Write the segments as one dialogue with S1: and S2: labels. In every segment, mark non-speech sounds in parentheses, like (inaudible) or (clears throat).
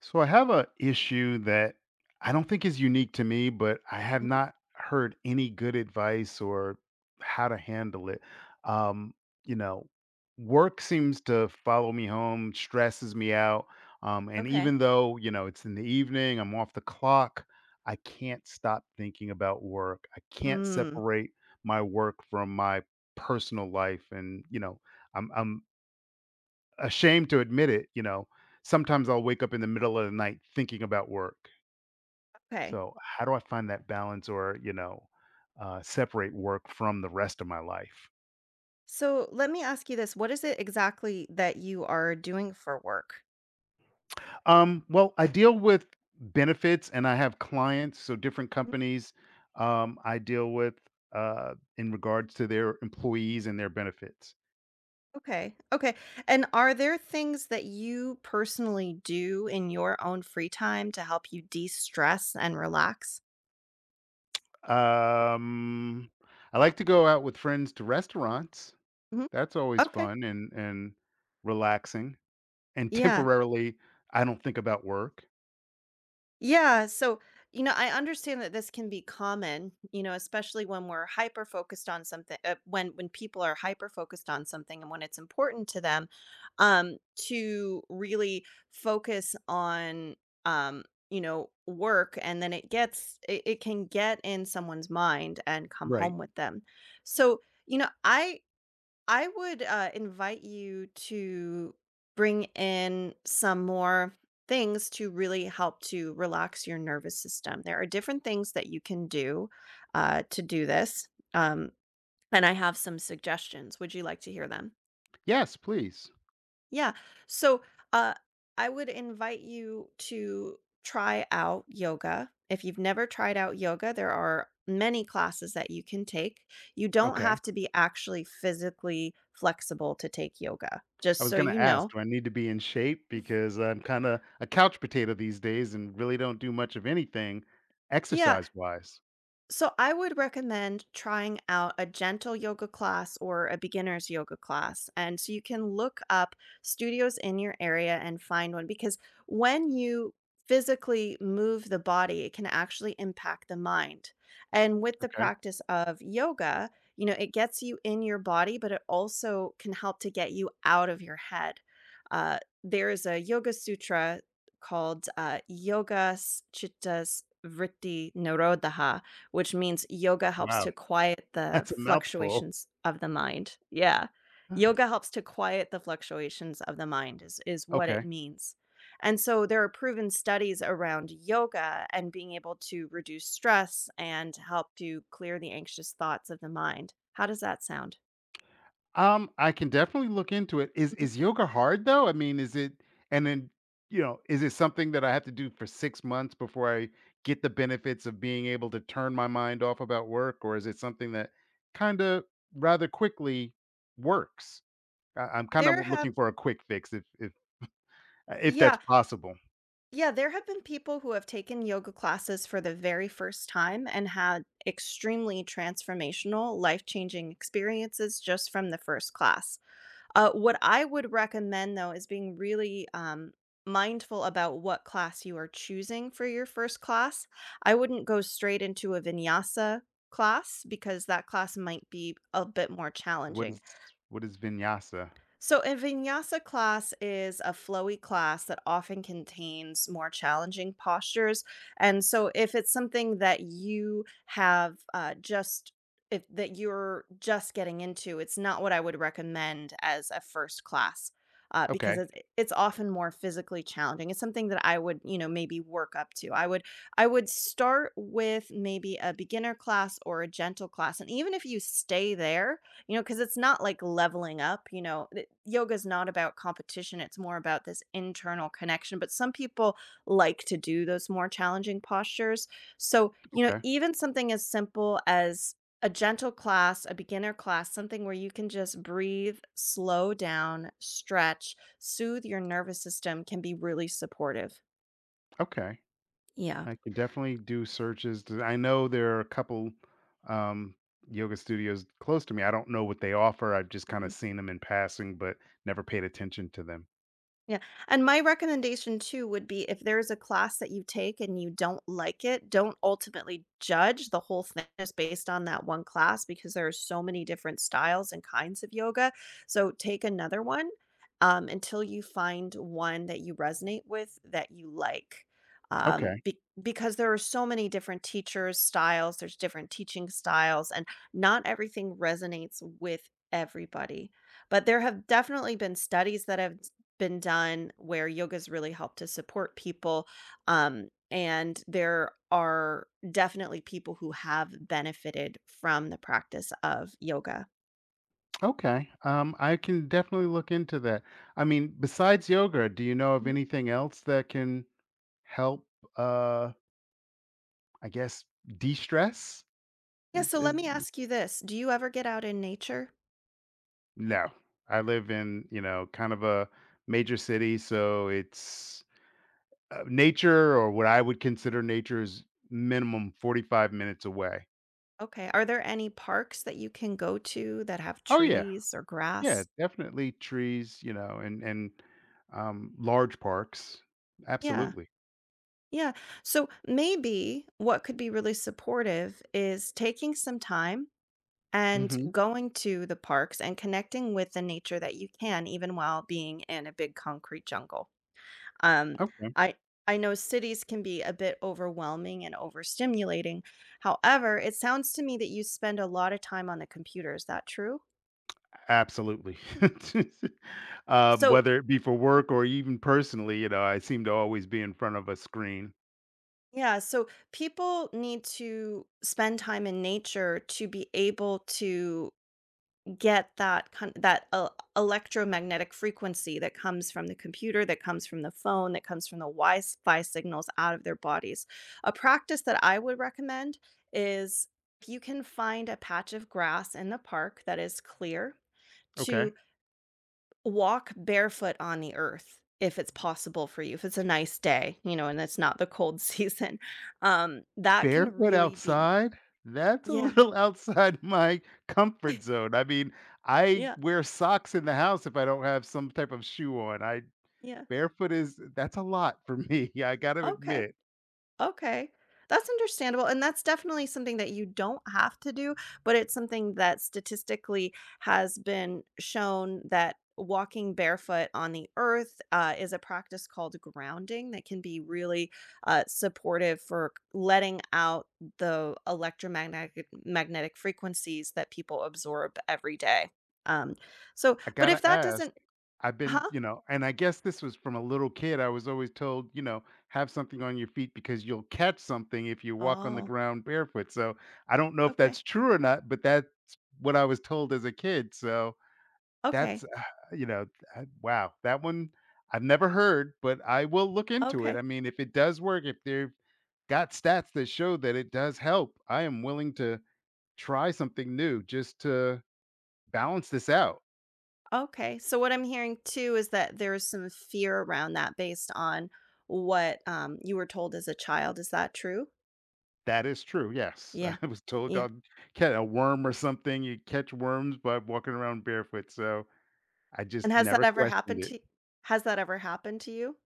S1: So I have a issue that I don't think is unique to me, but I have
S2: Mhm.
S1: not heard any good advice or how to handle it. Um, you know, work seems to follow me home, stresses me out. And
S2: Okay.
S1: even though, you know, it's in the evening, I'm off the clock, I can't stop thinking about work. I can't
S2: Mm,
S1: separate my work from my personal life. And, you know, I'm ashamed to admit it, you know, sometimes I'll wake up in the middle of the night thinking about work.
S2: okay.
S1: So how do I find that balance or, you know, separate work from the rest of my life?
S2: So let me ask you this. What is it exactly that you are doing for work?
S1: Well, I deal with benefits and I have clients, so different
S2: Mm,
S1: companies I deal with in regards to their employees and their benefits.
S2: okay. Okay. And are there things that you personally do in your own free time to help you de stress and relax?
S1: Um, I like to go out with friends to restaurants.
S2: Mhm.
S1: That's always
S2: Okay.
S1: fun and relaxing. And
S2: Yeah.
S1: temporarily, I don't think about work.
S2: Yeah, so I understand that this can be common, especially when we're hyper focused on something when people are hyper focused on something and when it's important to them um to really focus on um work, and then it can get in someone's mind and come
S1: Right.
S2: home with them. So, you know, I I would invite you to bring in some more things to really help to relax your nervous system. There are different things that you can do to do this. Um, and I have some suggestions. Would you like to hear them?
S1: Yes, please.
S2: Yeah. So, uh, I would invite you to try out yoga. If you've never tried out yoga, there are many classes that you can take. You don't
S1: Okay.
S2: have to be actually physically flexible to take yoga,
S1: I
S2: just
S1: was
S2: so
S1: gonna
S2: you
S1: ask,
S2: know.
S1: do I need to be in shape? Because I'm kinda a couch potato these days and really don't do much of anything
S2: Yeah.
S1: exercise-wise.
S2: So I would recommend trying out a gentle yoga class or a beginner's yoga class. And so you can look up studios in your area and find one, because when you physically move the body, it can actually impact the mind. And with the
S1: Okay.
S2: practice of yoga, it gets you in your body, but it also can help to get you out of your head. Uh, there is a yoga sutra called Yoga Chitta Vritti Nirodha, which means yoga helps
S1: Wow.
S2: to quiet
S1: (laughs)
S2: the
S1: That's a mouthful.
S2: fluctuations of the mind. Yeah.
S1: (sighs)
S2: Yoga helps to quiet the fluctuations of the mind is what it
S1: Okay.
S2: means. And so there are proven studies around yoga and being able to reduce stress and help to clear the anxious thoughts of the mind. How does that sound?
S1: I can definitely look into it. Is
S2: Mhm.
S1: is yoga hard though? I mean, is it and then you know, is it something that I have to do for 6 months before I get the benefits of being able to turn my mind off about work, or is it something that kind of rather quickly works? I'm kind of
S2: There
S1: looking
S2: have
S1: for a quick fix, if
S2: yeah,
S1: that's possible.
S2: Yeah, there have been people who have taken yoga classes for the very first time and had extremely transformational, life changing experiences just from the first class. What I would recommend, though, is being really mindful about what class you are choosing for your first class. I wouldn't go straight into a vinyasa class because that class might be a bit more
S1: What
S2: challenging.
S1: is what is vinyasa?
S2: So, a vinyasa class is a flowy class that often contains more challenging postures. And so, if it's something that you have just if that you're just getting into, it's not what I would recommend as a first class because
S1: Okay,
S2: it's often more physically challenging. It's something that I would, you know, maybe work up to. I would start with maybe a beginner class or a gentle class, and even if you stay there, you know, because it's not like leveling up, you know, yoga is not about competition, it's more about this internal connection, but some people like to do those more challenging postures. So, you know,
S1: okay,
S2: even something as simple as a gentle class, a beginner class, something where you can just breathe, slow down, stretch, soothe your nervous system can be really supportive.
S1: okay.
S2: Yeah.
S1: I could definitely do searches. I know there are a couple um, yoga studios close to me. I don't know what they offer. I've just kind of seen them in passing, but never paid attention to them.
S2: Yeah, and my recommendation too would be if there's a class that you take and you don't like it, don't ultimately judge the whole thing just based on that one class, because there are so many different styles and kinds of yoga. So take another one until you find one that you resonate with, that you like. Um,
S1: Okay.
S2: be- because there are so many different teachers, styles, there's different teaching styles, and not everything resonates with everybody, but there have definitely been studies that have been done where yoga's really helped to support people. And there are definitely people who have benefited from the practice of yoga.
S1: Okay. I can definitely look into that. I mean, besides yoga, do you know of
S2: Mhm.
S1: anything else that can help, uh, I guess, de stress?
S2: Yeah, so let
S1: Is
S2: me ask you this. Do you ever get out in nature?
S1: No. I live in, you know, kind of a major city, so it's uh, nature or what I would consider nature is minimum 45 minutes away.
S2: Okay. Are there any parks that you can go to that have
S1: Oh yeah.
S2: trees or
S1: Yeah,
S2: grass?
S1: definitely trees, you know, and large parks.
S2: Yeah.
S1: Absolutely.
S2: Yeah. So maybe what could be really supportive is taking some time and
S1: Mhm.
S2: going to the parks and connecting with the nature that you can, even while being in a big concrete jungle. Um,
S1: Okay.
S2: I I know cities can be a bit overwhelming and overstimulating. However, it sounds to me that you spend a lot of time on the computer. Is that true?
S1: Absolutely. (laughs)
S2: So,
S1: Whether it be for work or even personally, you know, I seem to always be in front of a screen.
S2: yeah, so people need to spend time in nature to be able to get that kind that el electromagnetic frequency that comes from the computer, that comes from the phone, that comes from the Wi-Fi signals out of their bodies. A practice that I would recommend is, if you can find a patch of grass in the park that is clear,
S1: Okay.
S2: to walk barefoot on the earth if it's possible for you, if it's a nice day, you know, and it's not the cold (laughs) season. That can
S1: Barefoot
S2: really be
S1: outside? That's a
S2: Yeah.
S1: little (laughs) outside my comfort
S2: (laughs)
S1: zone. I mean, I
S2: Yeah,
S1: wear socks in the house if I don't have some type of shoe on. I
S2: yeah.
S1: barefoot is that's a lot for me. (laughs) I gotta
S2: Okay.
S1: admit.
S2: Okay. That's understandable, and that's definitely something that you don't have to do, but it's something that statistically has been shown that walking barefoot on the earth is a practice called grounding that can be really supportive for letting out the electromagnetic magnetic frequencies that people absorb every day. Um, so,
S1: I
S2: but if
S1: gotta
S2: that
S1: ask.
S2: doesn't,
S1: I've been,
S2: huh?
S1: you know, and I guess this was from a little kid. I was always told, you know, have something on your feet because you'll catch something if you walk on the
S2: Oh,
S1: ground barefoot. So I don't know if
S2: okay,
S1: that's true or not, but that's what I was told as a kid. So That's
S2: okay,
S1: uh, you know, wow, that one I've never heard, but I will look into it. I
S2: okay.
S1: mean, if it does work, if they've got stats that show that it does help, I am willing to try something new just to balance this out.
S2: Okay, so what I'm hearing too is that there's some fear around that based on what, you were told as a child, is that true?
S1: That is true. Yes,
S2: Yeah,
S1: (laughs) I was told
S2: yeah,
S1: I'd catch a worm or something. You catch worms by walking around barefoot, so I
S2: and
S1: just never questioned it.
S2: has that ever happened to you?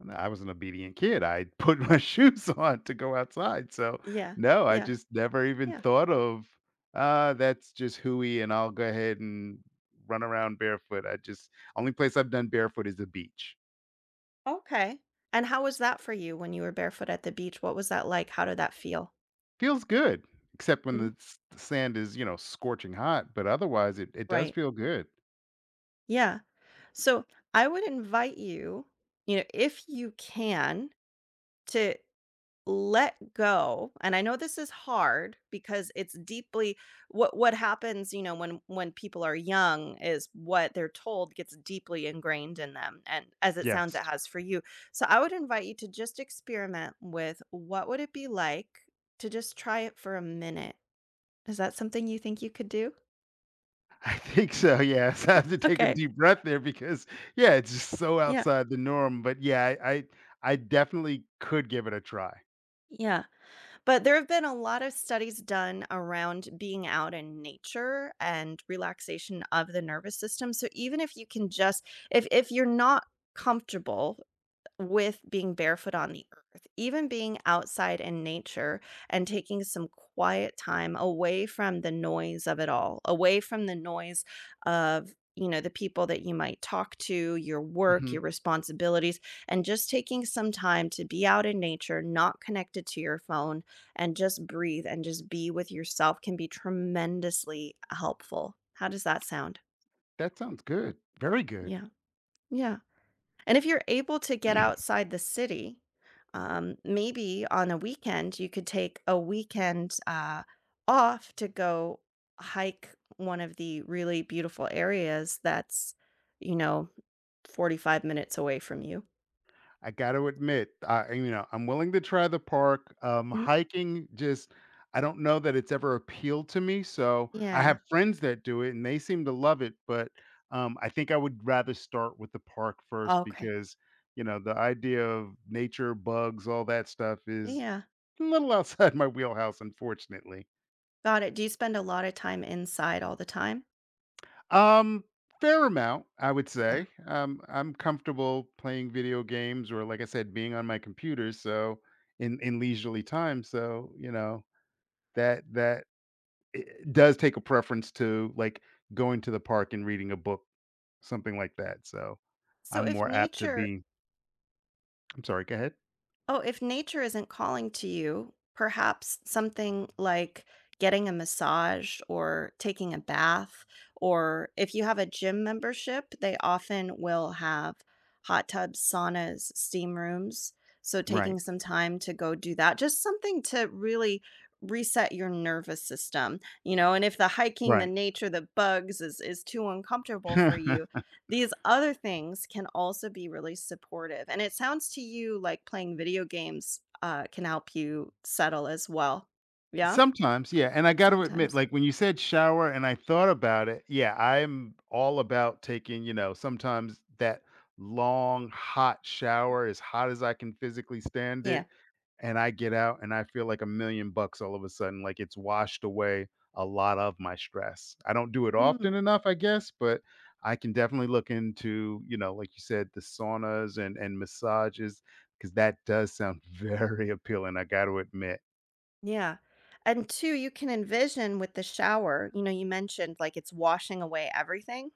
S1: And I was an obedient kid. I put my (laughs) shoes on to go outside. So,
S2: Yeah,
S1: no, I
S2: yeah,
S1: just never even
S2: yeah,
S1: thought of, that's just hooey and I'll go ahead and run around barefoot. I just, only place I've done barefoot is the beach.
S2: okay, and how was that for you when you were barefoot at the beach? What was that like? How did that feel?
S1: Feels good, except when
S2: Mm,
S1: the sand is, you know, scorching hot, but otherwise it does
S2: right,
S1: feel good.
S2: yeah, so I would invite you, you know, if you can, to let go, and I know this is hard because it's deeply what happens, you know, when people are young is what they're told gets deeply ingrained in them, and as it sounds
S1: Yes.
S2: it has for you. So I would invite you to just experiment with what would it be like to just try it for a minute. Is that something you think you could do?
S1: (laughs) I think so. Yes. (laughs) I have to take a
S2: Okay.
S1: deep breath there because yeah, it's just so
S2: Yeah,
S1: outside the norm. But yeah, I definitely could give it a try.
S2: yeah, but there have been a lot of studies done around being out in nature and relaxation of the nervous system. So even if you can just, if you're not comfortable with being barefoot on the earth, even being outside in nature and taking some quiet time away from the noise of it all, away from the noise of, you know, the people that you might talk to, your work,
S1: Mhm.
S2: your responsibilities, and just taking some time to be out in nature, not connected to your phone, and just breathe and just be with yourself can be tremendously helpful. How does that sound?
S1: That sounds good. Very good.
S2: Yeah. Yeah. And if you're able to get
S1: (clears throat)
S2: outside the city, maybe on a weekend, you could take a weekend off to go hike one of the really beautiful areas that's, you know, 45 minutes away from you.
S1: I gotta admit, I you know, I'm willing to try the park.
S2: Mhm.
S1: Hiking just I don't know that it's ever appealed to me. So I
S2: Yeah.
S1: have friends that do it and they seem to love it, but I think I would rather start with the park first
S2: Okay.
S1: because you know the idea of nature, bugs, all that stuff is
S2: Yeah.
S1: a little outside (laughs) my wheelhouse, unfortunately.
S2: Got it. Do you spend a lot of time inside all the time?
S1: Um, Fair amount, I would
S2: Yeah.
S1: say. I'm comfortable playing video games or, like I said, being on my computer. So in leisurely time, so you know that it does take a preference to like going to the park and reading a book, something like that. So
S2: So
S1: I'm
S2: if
S1: more apt to
S2: nature
S1: be. I'm sorry. Go ahead.
S2: Oh, if nature isn't calling to you, perhaps something like getting a massage or taking a bath, or if you have a gym membership, they often will have hot tubs, saunas, steam rooms. So, taking
S1: Right.
S2: some time to go do that, just something to really reset your nervous system, you know. And if the hiking, the
S1: Right.
S2: nature, the bugs is too uncomfortable for you,
S1: (laughs)
S2: these other things can also be really supportive, and it sounds to you like playing video games, can help you settle as well. Yeah?
S1: Sometimes, yeah, and I gotta admit,
S2: Sometimes.
S1: like, when you said shower and I thought about it, yeah, I'm all about taking, you know, sometimes that long, hot shower, as hot as I can physically stand it,
S2: Yeah.
S1: and I get out and I feel like 1,000,000 bucks all of a sudden, like it's washed away a lot of my stress. I don't do it
S2: Mm,
S1: often enough, I guess, but I can definitely look into, you know, like you said, the saunas and massages, because that does sound (laughs) very appealing, I gotta admit.
S2: yeah. And 2, you can envision with the shower, you know, you mentioned, like, it's washing away everything.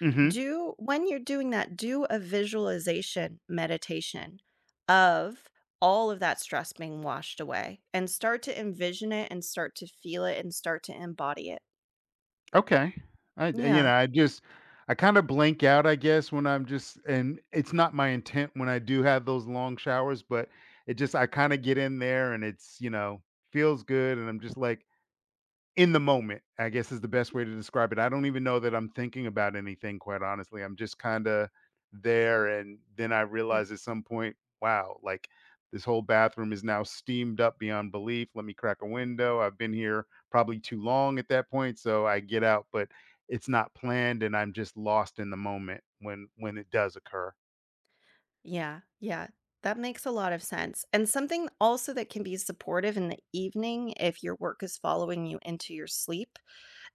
S1: Mhm.
S2: Do when you're doing that, do a visualization meditation of all of that stress being washed away, and start to envision it, and start to feel it, and start to embody it.
S1: Okay. I d You
S2: Yeah.
S1: know, I just I kinda blank out, I guess, when I'm just and it's not my intent when I do have those long showers, but it just I kinda get in there and it's, you know, feels good, and I'm just like, in the moment, I guess is the best way to describe it. I don't even know that I'm thinking about anything, quite honestly. I'm just kinda there, and then I
S2: Yeah.
S1: realize at some point, "Wow, like, this whole bathroom is now steamed up beyond belief. Let me crack a window. I've been here probably too long at that point," so I get out, but it's not planned, and I'm just lost in the moment when it does occur.
S2: Yeah, yeah. That makes a lot of sense. And something also that can be supportive in the evening if your work is following you into your sleep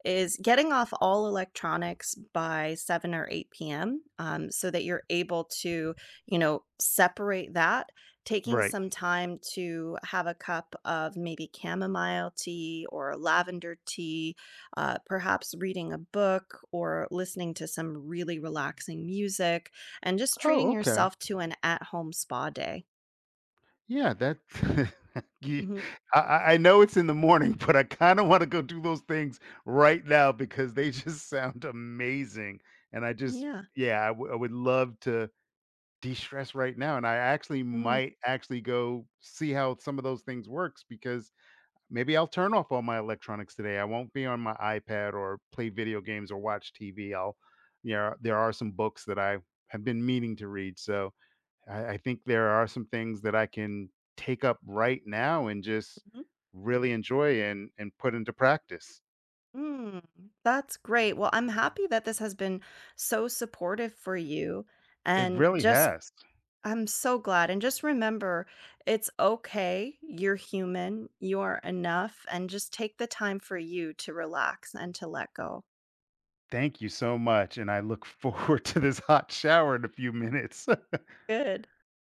S2: is getting off all electronics by 7 or 8 p.m., so that you're able to, you know, separate that, taking
S1: Right.
S2: some time to have a cup of maybe chamomile tea or lavender tea, perhaps reading a book or listening to some really relaxing music, and just treating
S1: Oh, okay.
S2: yourself to an at-home spa day.
S1: Yeah, that (laughs) you
S2: Mhm.
S1: I know it's in the morning, (laughs) but I kinda wanna go do those things right now because they (laughs) just sound amazing, and I just
S2: Yeah.
S1: yeah, I would love to de-stress right now, and I actually
S2: Mhm.
S1: might actually go see how some of those things works because maybe I'll turn off all my electronics today. I won't be on my iPad or play video games or watch TV. I'll You know, there are some books that I have been meaning to read, so I think there are some things that I can take up right now and just really enjoy and put into practice.
S2: Mm, that's great. Well, I'm happy that this has been so supportive for you.
S1: It
S2: And
S1: really
S2: just,
S1: has.
S2: I'm so glad. And just remember, it's okay. You're human, you're enough. And just take the time for you to relax and to let go.
S1: Thank you so much. And I look forward (laughs) to this hot shower in a few minutes.
S2: Good.